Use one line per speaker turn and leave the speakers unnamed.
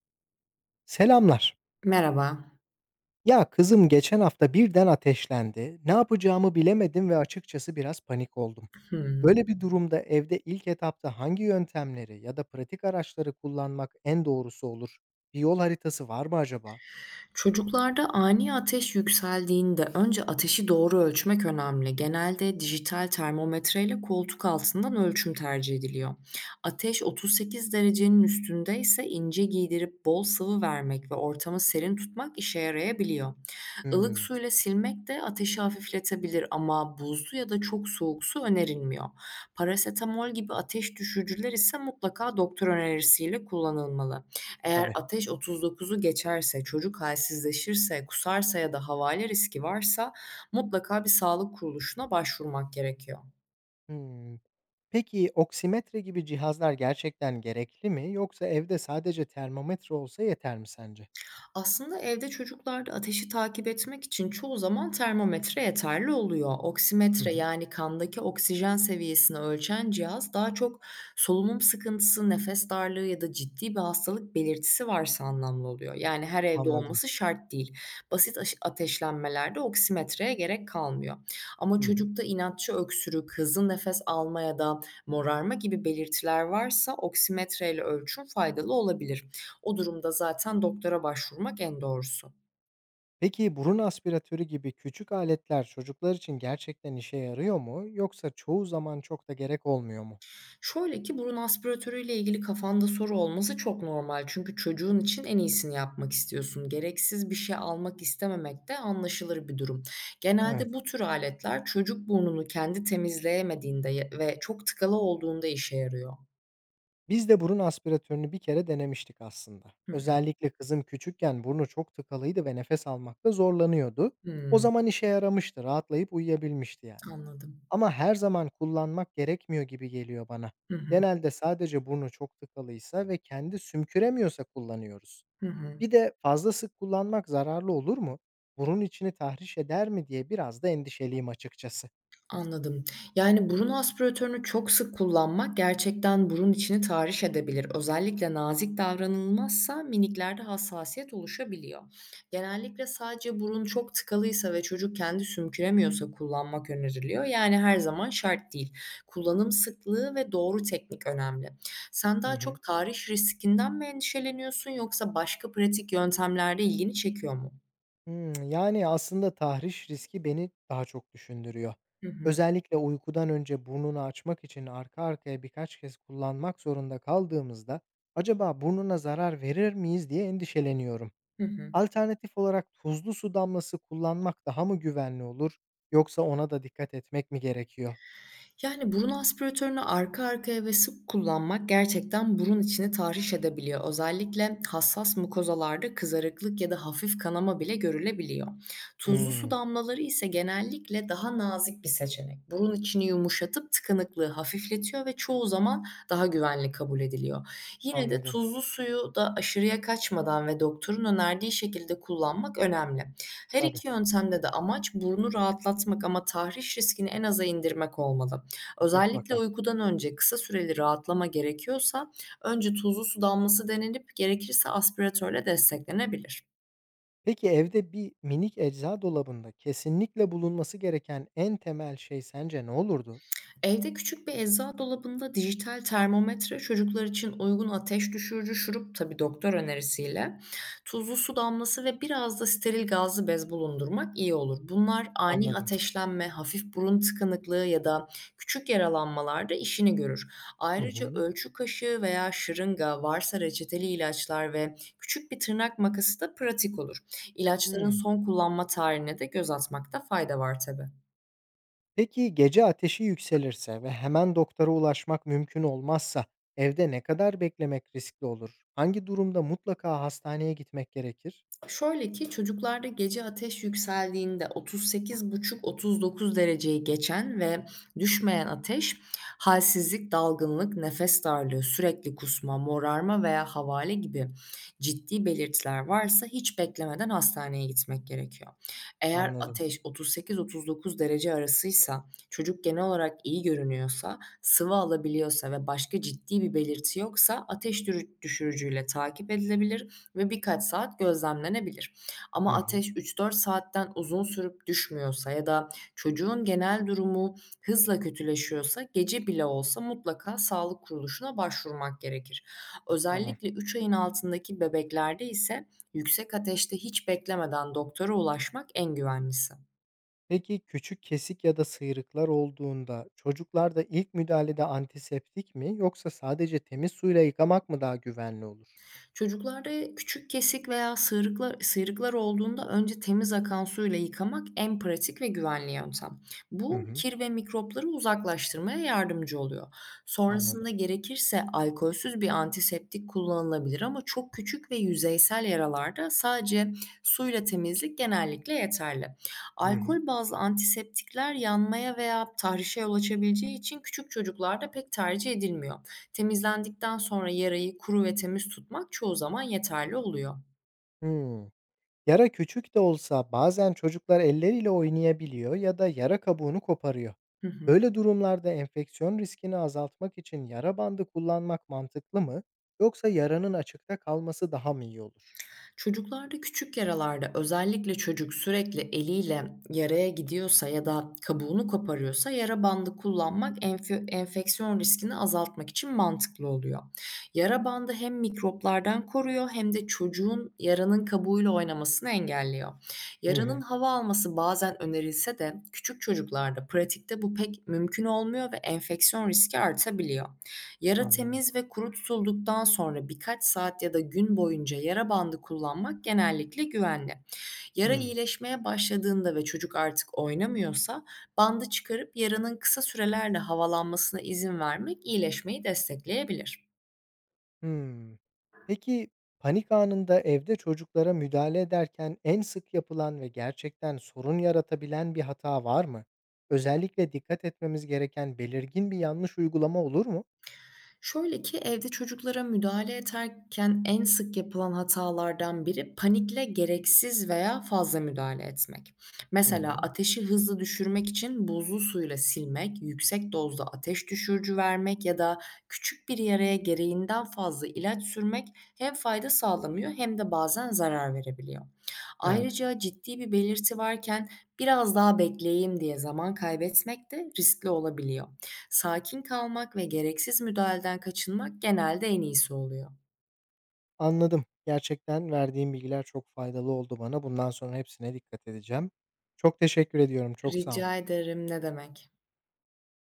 Selamlar.
Merhaba.
Ya kızım geçen hafta birden ateşlendi. Ne yapacağımı bilemedim ve açıkçası biraz panik oldum.
Hımm.
Böyle bir durumda evde ilk etapta hangi yöntemleri ya da pratik araçları kullanmak en doğrusu olur? Bir yol haritası var mı acaba?
Çocuklarda ani ateş yükseldiğinde önce ateşi doğru ölçmek önemli. Genelde dijital termometreyle koltuk altından ölçüm tercih ediliyor. Ateş 38 derecenin üstündeyse ince giydirip bol sıvı vermek ve ortamı serin tutmak işe yarayabiliyor. Ilık
Hmm,
suyla silmek de ateşi hafifletebilir ama buzlu ya da çok soğuk su önerilmiyor. Parasetamol gibi ateş düşürücüler ise mutlaka doktor önerisiyle kullanılmalı. Eğer
tabii.
ateş 39'u geçerse, çocuk halsizleşirse, kusarsa ya da havale riski varsa mutlaka bir sağlık kuruluşuna başvurmak gerekiyor.
Hmm. Peki oksimetre gibi cihazlar gerçekten gerekli mi yoksa evde sadece termometre olsa yeter mi sence?
Aslında evde çocuklarda ateşi takip etmek için çoğu zaman termometre yeterli oluyor.
Hı
Oksimetre
hı,
yani kandaki oksijen seviyesini ölçen cihaz daha çok solunum sıkıntısı, nefes darlığı ya da ciddi bir hastalık belirtisi varsa anlamlı oluyor. Yani her evde
anladım.
olması şart değil. Basit ateşlenmelerde oksimetreye gerek kalmıyor. Ama
Hı hı.
çocukta inatçı öksürük, hızlı nefes alma ya da morarma gibi belirtiler varsa oksimetreyle ölçüm faydalı olabilir. O durumda zaten doktora başvurmak en doğrusu.
Peki burun aspiratörü gibi küçük aletler çocuklar için gerçekten işe yarıyor mu yoksa çoğu zaman çok da gerek olmuyor mu?
Şöyle ki burun aspiratörüyle ilgili kafanda soru olması çok normal. Çünkü çocuğun için en iyisini yapmak istiyorsun. Gereksiz bir şey almak istememek de anlaşılır bir durum.
Evet.
Genelde bu tür aletler çocuk burnunu kendi temizleyemediğinde ve çok tıkalı olduğunda işe yarıyor.
Biz de burun aspiratörünü bir kere denemiştik aslında.
Hı hı.
Özellikle kızım küçükken burnu çok tıkalıydı ve nefes almakta zorlanıyordu. O
Hımm,
zaman işe yaramıştı, rahatlayıp uyuyabilmişti yani.
anladım.
Ama her zaman kullanmak gerekmiyor gibi geliyor bana.
Hı hı.
Genelde sadece burnu çok tıkalıysa ve kendi sümküremiyorsa kullanıyoruz.
Hı hı.
Bir de fazla sık kullanmak zararlı olur mu? Burun içini tahriş eder mi diye biraz da endişeliyim açıkçası.
Anladım. Yani burun aspiratörünü çok sık kullanmak gerçekten burun içini tahriş edebilir. Özellikle nazik davranılmazsa mimiklerde hassasiyet oluşabiliyor. Genellikle sadece burun çok tıkalıysa ve çocuk kendi sümküremiyorsa kullanmak öneriliyor. Yani her zaman şart değil. Kullanım sıklığı ve doğru teknik önemli. Sen
Hı
daha
hı.
çok tahriş riskinden mi endişeleniyorsun yoksa başka pratik yöntemlerde ilgini çekiyor mu?
Hımm, yani aslında tahriş riski beni daha çok düşündürüyor.
Hı hı.
Özellikle uykudan önce burnunu açmak için arka arkaya birkaç kez kullanmak zorunda kaldığımızda acaba burnuna zarar verir miyiz diye endişeleniyorum.
Hı hı.
Alternatif olarak tuzlu su damlası kullanmak daha mı güvenli olur yoksa ona da dikkat etmek mi gerekiyor?
Yani, burun aspiratörünü arka arkaya ve sık kullanmak gerçekten burun içini tahriş edebiliyor. Özellikle hassas mukozalarda kızarıklık ya da hafif kanama bile görülebiliyor. Tuzlu su
Hımm,
damlaları ise genellikle daha nazik bir seçenek. Burun içini yumuşatıp tıkanıklığı hafifletiyor ve çoğu zaman daha güvenli kabul ediliyor. Yine de
anladım.
tuzlu suyu da aşırıya kaçmadan ve doktorun önerdiği şekilde kullanmak önemli. Her
Tabii,
iki yöntemde de amaç burnu rahatlatmak ama tahriş riskini en aza indirmek olmalı. Özellikle
mutlaka.
uykudan önce kısa süreli rahatlama gerekiyorsa önce tuzlu su damlası denenip gerekirse aspiratörle desteklenebilir.
Peki evde bir minik ecza dolabında kesinlikle bulunması gereken en temel şey sence ne olurdu?
Evde küçük bir eczacı dolabında dijital termometre, çocuklar için uygun ateş düşürücü şurup, tabii doktor önerisiyle, tuzlu su damlası ve biraz da steril gazlı bez bulundurmak iyi olur. Bunlar ani
Anladım.
ateşlenme, hafif burun tıkanıklığı ya da küçük yaralanmalarda işini görür.
Hı
Ayrıca
hı.
ölçü kaşığı veya şırınga, varsa reçeteli ilaçlar ve küçük bir tırnak makası da pratik olur. İlaçların
Hımm.
son kullanma tarihine de göz atmakta fayda var tabii.
Peki gece ateşi yükselirse ve hemen doktora ulaşmak mümkün olmazsa evde ne kadar beklemek riskli olur? Hangi durumda mutlaka hastaneye gitmek gerekir?
Şöyle ki çocuklarda gece ateş yükseldiğinde 38,5-39 dereceyi geçen ve düşmeyen ateş, halsizlik, dalgınlık, nefes darlığı, sürekli kusma, morarma veya havale gibi ciddi belirtiler varsa hiç beklemeden hastaneye gitmek gerekiyor. Eğer
Anladım.
ateş 38-39 derece arasıysa, çocuk genel olarak iyi görünüyorsa, sıvı alabiliyorsa ve başka ciddi bir belirti yoksa ateş düşürücüyle takip edilebilir ve birkaç saat gözlemlenebilir.
Hı
Ama
hı.
ateş 3-4 saatten uzun sürüp düşmüyorsa ya da çocuğun genel durumu hızla kötüleşiyorsa gece bile olsa mutlaka sağlık kuruluşuna başvurmak gerekir.
Tamam.
Özellikle 3 ayın altındaki bebeklerde ise yüksek ateşte hiç beklemeden doktora ulaşmak en güvenlisi.
Peki küçük kesik ya da sıyrıklar olduğunda çocuklarda ilk müdahalede antiseptik mi yoksa sadece temiz suyla yıkamak mı daha güvenli olur?
Çocuklarda küçük kesik veya sıyrıklar olduğunda önce temiz akan suyla yıkamak en pratik ve güvenli yöntem.
Hı
Bu
hı.
kir ve mikropları uzaklaştırmaya yardımcı oluyor.
Anladım.
Sonrasında gerekirse alkolsüz bir antiseptik kullanılabilir ama çok küçük ve yüzeysel yaralarda sadece suyla temizlik genellikle yeterli.
Hı hı.
Alkol bazlı antiseptikler yanmaya veya tahrişe yol açabileceği için küçük çocuklarda pek tercih edilmiyor. Temizlendikten sonra yarayı kuru ve temiz tutmak çoğu zaman yeterli oluyor.
Hımm. Yara küçük de olsa bazen çocuklar elleriyle oynayabiliyor ya da yara kabuğunu koparıyor.
Hı hı.
Böyle durumlarda enfeksiyon riskini azaltmak için yara bandı kullanmak mantıklı mı yoksa yaranın açıkta kalması daha mı iyi olur?
Çocuklarda küçük yaralarda özellikle çocuk sürekli eliyle yaraya gidiyorsa ya da kabuğunu koparıyorsa yara bandı kullanmak enfeksiyon riskini azaltmak için mantıklı oluyor. Yara bandı hem mikroplardan koruyor hem de çocuğun yaranın kabuğuyla oynamasını engelliyor.
Hı
Yaranın
hı.
hava alması bazen önerilse de küçük çocuklarda pratikte bu pek mümkün olmuyor ve enfeksiyon riski artabiliyor. Yara
Anladım.
temiz ve kuru tutulduktan sonra birkaç saat ya da gün boyunca yara bandı kullanmak genellikle güvenli. Yara
Hımm.
iyileşmeye başladığında ve çocuk artık oynamıyorsa, bandı çıkarıp yaranın kısa sürelerle havalanmasına izin vermek iyileşmeyi destekleyebilir.
Hımm. Peki, panik anında evde çocuklara müdahale ederken en sık yapılan ve gerçekten sorun yaratabilen bir hata var mı? Özellikle dikkat etmemiz gereken belirgin bir yanlış uygulama olur mu?
Şöyle ki, evde çocuklara müdahale ederken en sık yapılan hatalardan biri panikle gereksiz veya fazla müdahale etmek.
Hı
Mesela
hı.
ateşi hızlı düşürmek için buzlu suyla silmek, yüksek dozda ateş düşürücü vermek ya da küçük bir yaraya gereğinden fazla ilaç sürmek hem fayda sağlamıyor hem de bazen zarar verebiliyor.
Evet,
Ayrıca ciddi bir belirti varken biraz daha bekleyeyim diye zaman kaybetmek de riskli olabiliyor. Sakin kalmak ve gereksiz müdahaleden kaçınmak genelde en iyisi oluyor.
anladım. Gerçekten verdiğin bilgiler çok faydalı oldu bana. Bundan sonra hepsine dikkat edeceğim. Çok teşekkür ediyorum. Çok sağ ol.
Rica ederim, ne demek.